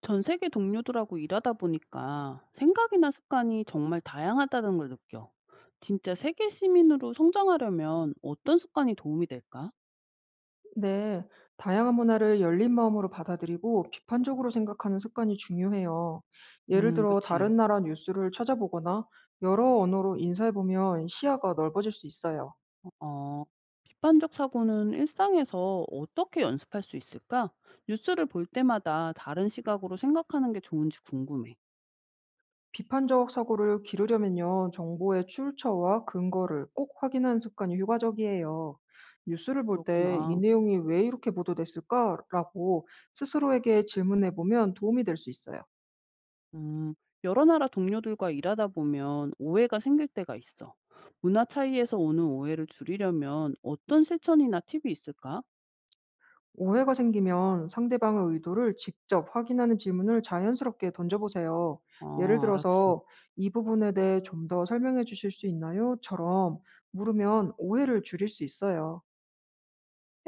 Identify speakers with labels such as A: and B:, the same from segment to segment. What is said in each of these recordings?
A: 전 세계 동료들하고 일하다 보니까 생각이나 습관이 정말 다양하다는 걸 느껴. 진짜 세계 시민으로 성장하려면 어떤 습관이 도움이 될까?
B: 네, 다양한 문화를 열린 마음으로 받아들이고 비판적으로 생각하는 습관이 중요해요. 예를 들어
A: 그치.
B: 다른 나라 뉴스를 찾아보거나 여러 언어로 인사해보면 시야가 넓어질 수 있어요.
A: 어, 비판적 사고는 일상에서 어떻게 연습할 수 있을까? 뉴스를 볼 때마다 다른 시각으로 생각하는 게 좋은지 궁금해.
B: 비판적 사고를 기르려면요, 정보의 출처와 근거를 꼭 확인하는 습관이 효과적이에요. 뉴스를 볼 때 이
A: 그렇구나.
B: 내용이 왜 이렇게 보도됐을까라고 스스로에게 질문해보면 도움이 될 수 있어요.
A: 음, 여러 나라 동료들과 일하다 보면 오해가 생길 때가 있어. 문화 차이에서 오는 오해를 줄이려면 어떤 실천이나 팁이 있을까?
B: 오해가 생기면 상대방의 의도를 직접 확인하는 질문을 자연스럽게 던져보세요. 예를
A: 아, 알았어.
B: 들어서 이 부분에 대해 좀 더 설명해 주실 수 있나요? 처럼 물으면 오해를 줄일 수 있어요.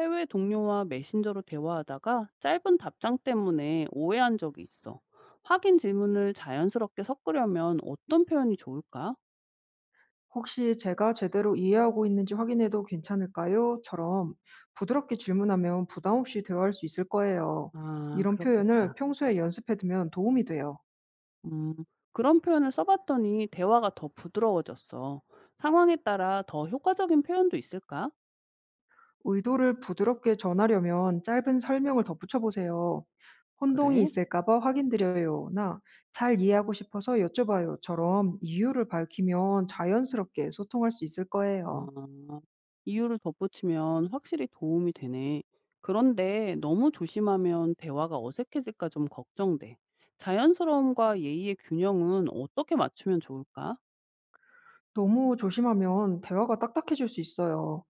A: 해외 동료와 메신저로 대화하다가 짧은 답장 때문에 오해한 적이 있어. 확인 질문을 자연스럽게 섞으려면 어떤 표현이 좋을까?
B: 혹시 제가 제대로 이해하고 있는지 확인해도 괜찮을까요? 처럼 부드럽게 질문하면 부담 없이 대화할 수 있을 거예요.
A: 아,
B: 이런
A: 그렇겠다.
B: 표현을 평소에 연습해 두면 도움이 돼요.
A: 음, 그런 표현을 써봤더니 대화가 더 부드러워졌어. 상황에 따라 더 효과적인 표현도 있을까?
B: 의도를 부드럽게 전하려면 짧은 설명을 덧붙여 보세요. 혼동이
A: 그래?
B: 있을까 봐 확인드려요나 잘 이해하고 싶어서 여쭤봐요처럼 이유를 밝히면 자연스럽게 소통할 수 있을 거예요.
A: 아. 이유를 덧붙이면 확실히 도움이 되네. 그런데 너무 조심하면 대화가 어색해질까 좀 걱정돼. 자연스러움과 예의의 균형은 어떻게 맞추면 좋을까?
B: 너무 조심하면 대화가 딱딱해질 수 있어요.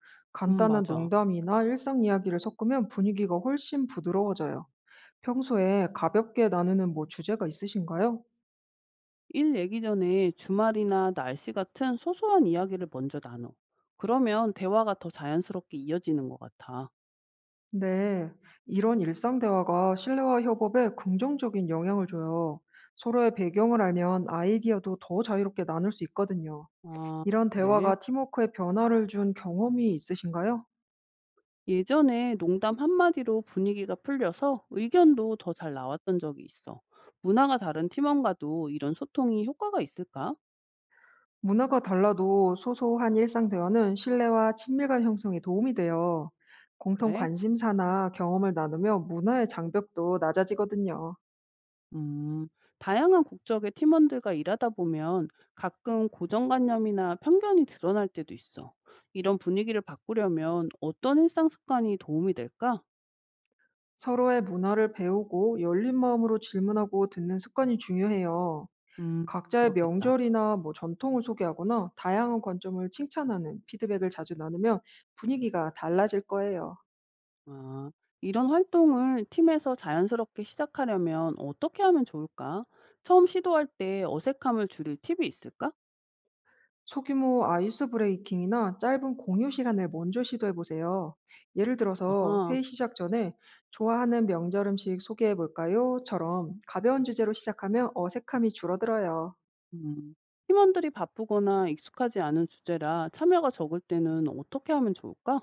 B: 간단한
A: 맞아.
B: 농담이나 일상 이야기를 섞으면 분위기가 훨씬 부드러워져요. 평소에 가볍게 나누는 뭐 주제가 있으신가요?
A: 일 얘기 전에 주말이나 날씨 같은 소소한 이야기를 먼저 나눠. 그러면 대화가 더 자연스럽게 이어지는 것 같아.
B: 네, 이런 일상 대화가 신뢰와 협업에 긍정적인 영향을 줘요. 서로의 배경을 알면 아이디어도 더 자유롭게 나눌 수 있거든요.
A: 아,
B: 이런
A: 그래.
B: 대화가 팀워크에 변화를 준 경험이 있으신가요?
A: 예전에 농담 한마디로 분위기가 풀려서 의견도 더 잘 나왔던 적이 있어. 문화가 다른 팀원과도 이런 소통이 효과가 있을까?
B: 문화가 달라도 소소한 일상 대화는 신뢰와 친밀감 형성에 도움이 돼요. 공통
A: 그래?
B: 관심사나 경험을 나누며 문화의 장벽도 낮아지거든요.
A: 음, 다양한 국적의 팀원들과 일하다 보면 가끔 고정관념이나 편견이 드러날 때도 있어. 이런 분위기를 바꾸려면 어떤 일상 습관이 도움이 될까?
B: 서로의 문화를 배우고 열린 마음으로 질문하고 듣는 습관이 중요해요. 각자의
A: 그렇겠다.
B: 명절이나 뭐 전통을 소개하거나 다양한 관점을 칭찬하는 피드백을 자주 나누면 분위기가 달라질 거예요.
A: 아, 이런 활동을 팀에서 자연스럽게 시작하려면 어떻게 하면 좋을까? 처음 시도할 때 어색함을 줄일 팁이 있을까?
B: 소규모 아이스 브레이킹이나 짧은 공유 시간을 먼저 시도해 보세요. 예를 들어서
A: 아하,
B: 회의 시작 전에 좋아하는 명절 음식 소개해 볼까요?처럼 가벼운 주제로 시작하면 어색함이 줄어들어요.
A: 음. 팀원들이 바쁘거나 익숙하지 않은 주제라 참여가 적을 때는 어떻게 하면 좋을까?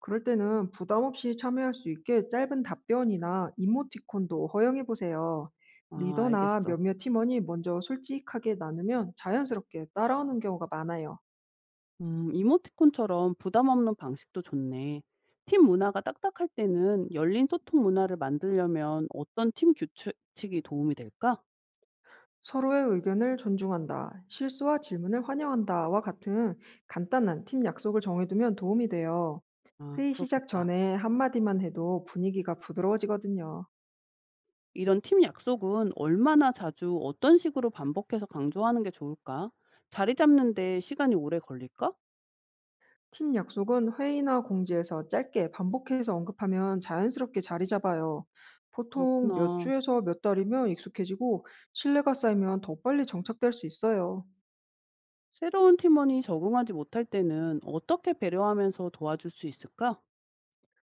B: 그럴 때는 부담 없이 참여할 수 있게 짧은 답변이나 이모티콘도 허용해 보세요.
A: 아,
B: 리더나
A: 알겠어.
B: 몇몇 팀원이 먼저 솔직하게 나누면 자연스럽게 따라오는 경우가 많아요.
A: 이모티콘처럼 부담 없는 방식도 좋네. 팀 문화가 딱딱할 때는 열린 소통 문화를 만들려면 어떤 팀 규칙이 도움이 될까?
B: 서로의 의견을 존중한다, 실수와 질문을 환영한다와 같은 간단한 팀 약속을 정해두면 도움이 돼요.
A: 아,
B: 회의 시작
A: 그렇겠다.
B: 전에 한마디만 해도 분위기가 부드러워지거든요.
A: 이런 팀 약속은 얼마나 자주 어떤 식으로 반복해서 강조하는 게 좋을까? 자리 잡는데 시간이 오래 걸릴까?
B: 팀 약속은 회의나 공지에서 짧게 반복해서 언급하면 자연스럽게 자리 잡아요. 보통 몇
A: 그렇구나.
B: 주에서 몇 달이면 익숙해지고 신뢰가 쌓이면 더 빨리 정착될 수 있어요.
A: 새로운 팀원이 적응하지 못할 때는 어떻게 배려하면서 도와줄 수 있을까?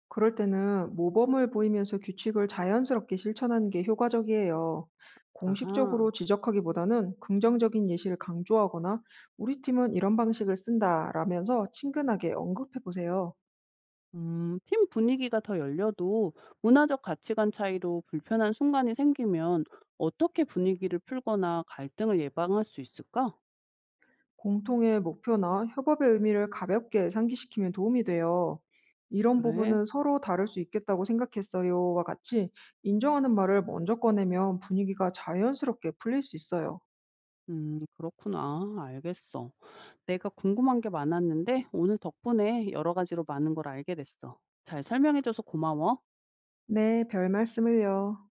B: 그럴 때는 모범을 보이면서 규칙을 자연스럽게 실천하는 게 효과적이에요.
A: 아하.
B: 공식적으로 지적하기보다는 긍정적인 예시를 강조하거나 우리 팀은 이런 방식을 쓴다라면서 친근하게 언급해 보세요.
A: 팀 분위기가 더 열려도 문화적 가치관 차이로 불편한 순간이 생기면 어떻게 분위기를 풀거나 갈등을 예방할 수 있을까?
B: 공통의 목표나 협업의 의미를 가볍게 상기시키면 도움이 돼요. 이런
A: 그래.
B: 부분은 서로 다를 수 있겠다고 생각했어요와 같이 인정하는 말을 먼저 꺼내면 분위기가 자연스럽게 풀릴 수 있어요.
A: 그렇구나. 알겠어. 내가 궁금한 게 많았는데 오늘 덕분에 여러 가지로 많은 걸 알게 됐어. 잘 설명해줘서 고마워.
B: 네, 별 말씀을요.